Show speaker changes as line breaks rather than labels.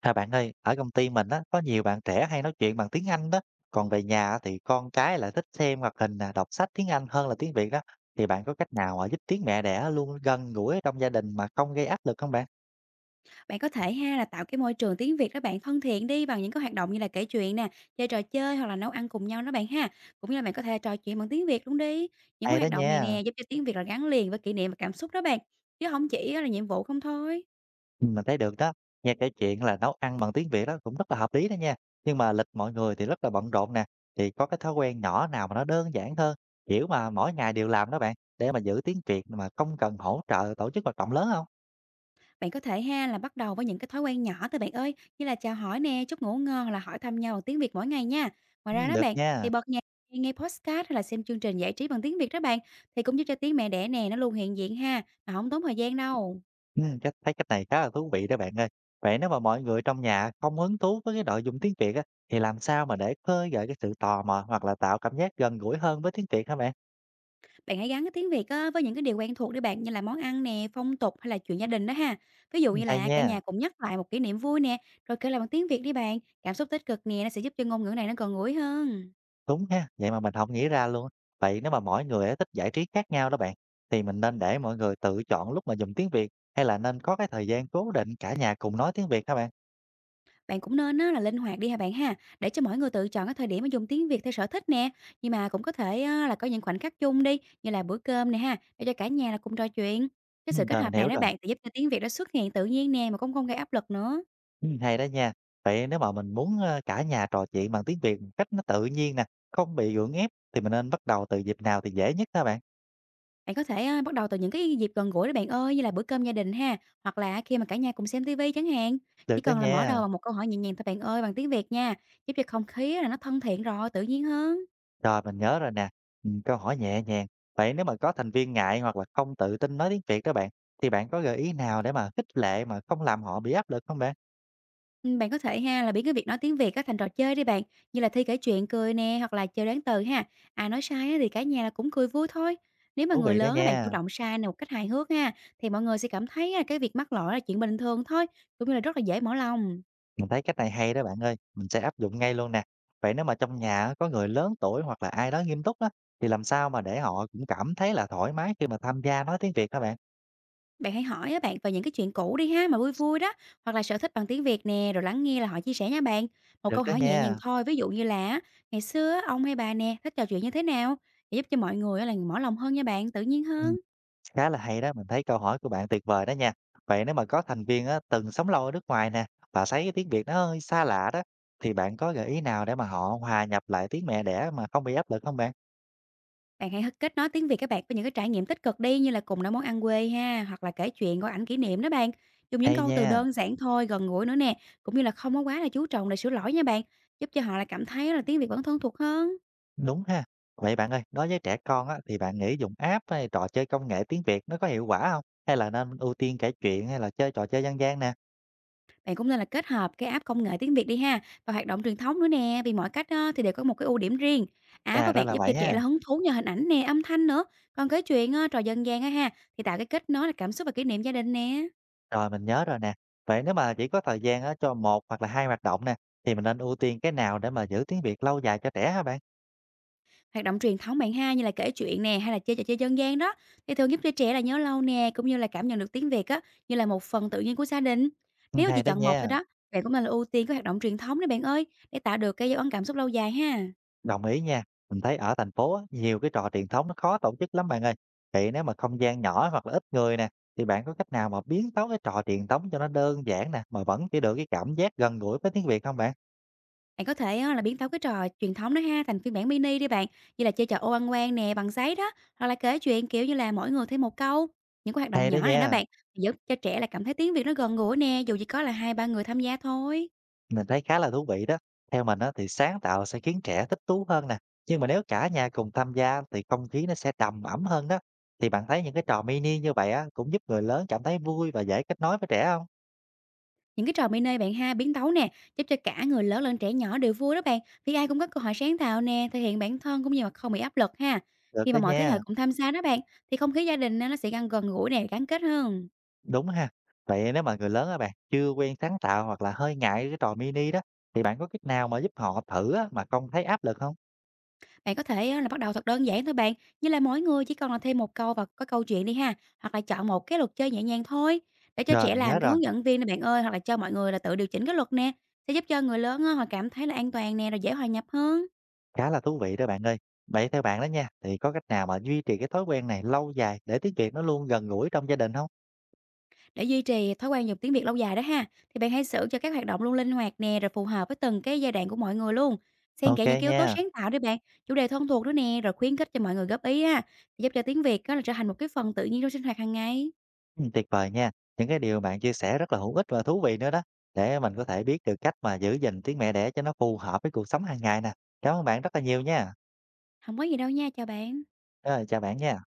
À, bạn ơi, ở công ty mình á, có nhiều bạn trẻ hay nói chuyện bằng tiếng Anh đó. Còn về nhà á thì con cái lại thích xem hoạt hình, nè, đọc sách tiếng Anh hơn là tiếng Việt đó. Thì bạn có cách nào mà giúp tiếng mẹ đẻ luôn gần gũi trong gia đình mà không gây áp lực không bạn?
Bạn có thể ha là tạo cái môi trường tiếng Việt đó bạn thân thiện đi bằng những cái hoạt động như là kể chuyện nè, chơi trò chơi hoặc là nấu ăn cùng nhau đó bạn ha. Cũng như là bạn có thể trò chuyện bằng tiếng Việt luôn đi. Những cái
Hay đó
hoạt động này
nha,
nè giúp cho tiếng Việt là gắn liền với kỷ niệm và cảm xúc đó bạn. Chứ không chỉ là nhiệm vụ không thôi.
ừ, mình thấy được đó. Nghe kể chuyện là nấu ăn bằng tiếng Việt đó cũng rất là hợp lý đó nha. Nhưng mà lịch mọi người thì rất là bận rộn nè. Thì có cái thói quen nhỏ nào mà nó đơn giản hơn, kiểu mà mỗi ngày đều làm đó bạn, để mà giữ tiếng Việt mà không cần hỗ trợ tổ chức hoạt động lớn không?
Bạn có thể ha là bắt đầu với những cái thói quen nhỏ thôi bạn ơi, như là chào hỏi nè, chúc ngủ ngon hoặc là hỏi thăm nhau bằng tiếng Việt mỗi ngày nha. Ngoài
Ừ,
ra đó
được
bạn
nha.
thì bật nhạc, nghe podcast hay là xem chương trình giải trí bằng tiếng Việt đó bạn thì cũng giúp cho tiếng mẹ đẻ nè nó luôn hiện diện ha mà không tốn thời gian đâu.
Cách thấy cách này khá là thú vị đó bạn ơi. Vậy nếu mà mọi người trong nhà không hứng thú với cái nội dung tiếng Việt á, thì làm sao mà để khơi gợi cái sự tò mò hoặc là tạo cảm giác gần gũi hơn với tiếng Việt hả bạn?
Bạn hãy gắn cái tiếng Việt á, với những cái điều quen thuộc đi bạn, như là món ăn nè, phong tục hay là chuyện gia đình đó ha. Ví dụ
Ừ.
như
Hay
là cả
nha,
nhà cùng nhắc lại một kỷ niệm vui nè, rồi kể lại bằng tiếng Việt đi bạn. Cảm xúc tích cực nè, nó sẽ giúp cho ngôn ngữ này nó gần gũi hơn.
đúng ha, vậy mà mình không nghĩ ra luôn. Vậy nếu mà mỗi người á, thích giải trí khác nhau đó bạn, thì mình nên để mọi người tự chọn lúc mà dùng tiếng Việt hay là nên có cái thời gian cố định cả nhà cùng nói tiếng Việt hả bạn?
Bạn cũng nên á, là linh hoạt đi hả bạn ha, để cho mỗi người tự chọn cái thời điểm mà dùng tiếng Việt theo sở thích nè. Nhưng mà cũng có thể á, là có những khoảnh khắc chung đi, như là bữa cơm nè ha, để cho cả nhà là cùng trò chuyện. Cái
Ừ.
sự kết
Rồi mình
hợp
hiểu
này đó
rồi.
bạn sẽ giúp cho tiếng Việt nó xuất hiện tự nhiên nè mà cũng không gây áp lực nữa.
Hay đó nha. Vậy nếu mà mình muốn, cả nhà trò chuyện bằng tiếng Việt một cách nó tự nhiên nè, không bị gượng ép thì mình nên bắt đầu từ dịp nào thì dễ nhất hả bạn?
Bạn có thể, bắt đầu từ những cái dịp gần gũi đó bạn ơi, như là bữa cơm gia đình ha, hoặc là khi mà cả nhà cùng xem tivi chẳng hạn.
Được
Chỉ
đó
cần là mở
nha.
đầu bằng một câu hỏi nhẹ nhàng thôi bạn ơi, bằng tiếng Việt nha, giúp cho không khí là nó thân thiện rồi, tự nhiên hơn.
Rồi, mình nhớ rồi nè. Câu hỏi nhẹ nhàng. Vậy nếu mà có thành viên ngại hoặc là không tự tin nói tiếng Việt đó bạn, thì bạn có gợi ý nào để mà khích lệ mà không làm họ bị áp lực không bạn?
Bạn có thể ha là biến cái việc nói tiếng Việt á thành trò chơi đi bạn, như là thi kể chuyện cười nè, hoặc là chơi đoán từ ha. À, nói sai á thì cả nhà là cũng cười vui thôi. Nếu mà
Thú
người
vị đó
lớn á bạn chủ
nha.
động sai nè một cách hài hước ha, thì mọi người sẽ cảm thấy á cái việc mắc lỗi là chuyện bình thường thôi, cũng như là rất là dễ mở lòng.
Mình thấy cách này hay đó bạn ơi, mình sẽ áp dụng ngay luôn nè. Vậy nếu mà trong nhà có người lớn tuổi hoặc là ai đó nghiêm túc á, thì làm sao mà để họ cũng cảm thấy là thoải mái khi mà tham gia nói tiếng Việt các bạn?
Bạn hãy hỏi á bạn về những cái chuyện cũ đi ha, mà vui vui đó, hoặc là sở thích bằng tiếng Việt nè, rồi lắng nghe là họ chia sẻ nha bạn. Một
Được
câu
đó
hỏi nhẹ nhàng
nha,
thôi, ví dụ như là á, ngày xưa á, ông hay bà nè, thích trò chuyện như thế nào? Để giúp cho mọi người á là mở lòng hơn nha bạn, tự nhiên
ừm,
hơn.
khá là hay đó, mình thấy câu hỏi của bạn tuyệt vời đó nha. Vậy nếu mà có thành viên á, từng sống lâu ở nước ngoài nè, và thấy cái tiếng Việt nó hơi xa lạ đó, thì bạn có gợi ý nào để mà họ hòa nhập lại tiếng mẹ đẻ mà không bị áp lực không bạn?
Bạn hãy kết nối tiếng Việt các bạn với những cái trải nghiệm tích cực đi, như là cùng nấu món ăn quê ha, hoặc là kể chuyện coi ảnh kỷ niệm đó bạn. Dùng những
Hay
câu từ
nha,
đơn giản thôi, gần gũi nữa nè, cũng như là không có quá là chú trọng để sửa lỗi nha bạn, giúp cho họ là cảm thấy là tiếng Việt vẫn thân thuộc hơn.
đúng ha. Vậy bạn ơi, đối với trẻ con á, thì bạn nghĩ dùng app hay trò chơi công nghệ tiếng Việt nó có hiệu quả không? Hay là nên ưu tiên kể chuyện hay là chơi trò chơi dân gian nè?
Bạn cũng nên là kết hợp cái app công nghệ tiếng Việt đi ha, và hoạt động truyền thống nữa nè, vì mỗi cách á, thì đều có một cái ưu điểm riêng. App
À,
với
ra
bạn
là
giúp cho
vậy
trẻ
ha.
là hứng thú nhờ hình ảnh nè, âm thanh nữa. Còn kể chuyện á, trò dân gian á ha, thì tạo cái kết nối là cảm xúc và kỷ niệm gia đình nè.
Rồi, mình nhớ rồi nè. Vậy nếu mà chỉ có thời gian á, cho một hoặc là 2 hoạt động nè, thì mình nên ưu tiên cái nào để mà giữ tiếng Việt lâu dài cho trẻ hả bạn?
Hoạt động truyền thống bạn ha, như là kể chuyện nè, hay là chơi trò chơi dân gian đó, thì thường giúp cho trẻ là nhớ lâu nè, cũng như là cảm nhận được tiếng Việt á, như là một phần tự nhiên của gia đình. Nếu mà chỉ
Hay đó
chọn một
nha,
thôi đó, bạn cũng nên là ưu tiên cái hoạt động truyền thống đấy bạn ơi, để tạo được cái dấu ấn cảm xúc lâu dài ha.
đồng ý nha. Mình thấy ở thành phố á, nhiều cái trò truyền thống nó khó tổ chức lắm bạn ơi. Vậy nếu mà không gian nhỏ hoặc là ít người nè, thì bạn có cách nào mà biến tấu cái trò truyền thống cho nó đơn giản nè, mà vẫn chỉ được cái cảm giác gần gũi với tiếng Việt không bạn?
Bạn có thể á, là biến tấu cái trò truyền thống đó ha thành phiên bản mini đi bạn, như là chơi trò ô ăn quan nè bằng giấy đó, hoặc là kể chuyện kiểu như là mỗi người thêm một câu. Những cái hoạt động
Hay đó
nhỏ này đó
nha.
bạn giúp cho trẻ là cảm thấy tiếng Việt nó gần gũi nè, dù chỉ có là hai ba người tham gia thôi.
Mình thấy khá là thú vị đó. Theo mình á, thì sáng tạo sẽ khiến trẻ thích thú hơn nè. Nhưng mà nếu cả nhà cùng tham gia thì không khí nó sẽ đầm ấm hơn đó. Thì bạn thấy những cái trò mini như vậy á, cũng giúp người lớn cảm thấy vui và dễ kết nối với trẻ không?
Những cái trò mini bạn ha biến tấu nè, giúp cho cả người lớn lẫn trẻ nhỏ đều vui đó bạn, vì ai cũng có cơ hội sáng tạo nè, thể hiện bản thân cũng như mà không bị áp lực ha.
Được
Khi
đó
mà mọi thế
nha.
hệ cũng tham gia đó bạn, thì không khí gia đình á, nó sẽ gắn gần gũi nè, gắn kết hơn.
Đúng ha. Vậy nếu mà người lớn á bạn chưa quen sáng tạo hoặc là hơi ngại cái trò mini đó, thì bạn có cách nào mà giúp họ thử á, mà không thấy áp lực không?
Bạn có thể á, là bắt đầu thật đơn giản thôi bạn, như là mỗi người chỉ cần là thêm một câu vào có câu chuyện đi ha, hoặc là chọn một cái luật chơi nhẹ nhàng thôi, để cho
Rồi
trẻ
mình nhớ
làm cái
rồi,
hướng dẫn viên nè bạn ơi, hoặc là cho mọi người là tự điều chỉnh cái luật nè, sẽ giúp cho người lớn á, họ cảm thấy là an toàn nè, rồi dễ hòa nhập hơn.
khá là thú vị đó bạn ơi. Vậy theo bạn đó nha, thì có cách nào mà duy trì cái thói quen này lâu dài để tiếng Việt nó luôn gần gũi trong gia đình không?
Để duy trì thói quen dùng tiếng Việt lâu dài đó ha, thì bạn hãy sửa cho các hoạt động luôn linh hoạt nè, rồi phù hợp với từng cái giai đoạn của mọi người luôn. Xen
Ok
kẽ những cái yếu tố
nha.
sáng tạo đi bạn, chủ đề thân thuộc đó nè, rồi khuyến khích cho mọi người góp ý ha, giúp cho tiếng Việt á, là trở thành một cái phần tự nhiên trong sinh hoạt hàng ngày.
Tuyệt vời nha. Những cái điều bạn chia sẻ rất là hữu ích và thú vị nữa đó, để mình có thể biết được cách mà giữ gìn tiếng mẹ đẻ cho nó phù hợp với cuộc sống hàng ngày nè. Cảm ơn bạn rất là nhiều nha.
Không có gì đâu nha, chào bạn.
Rồi, chào bạn nha.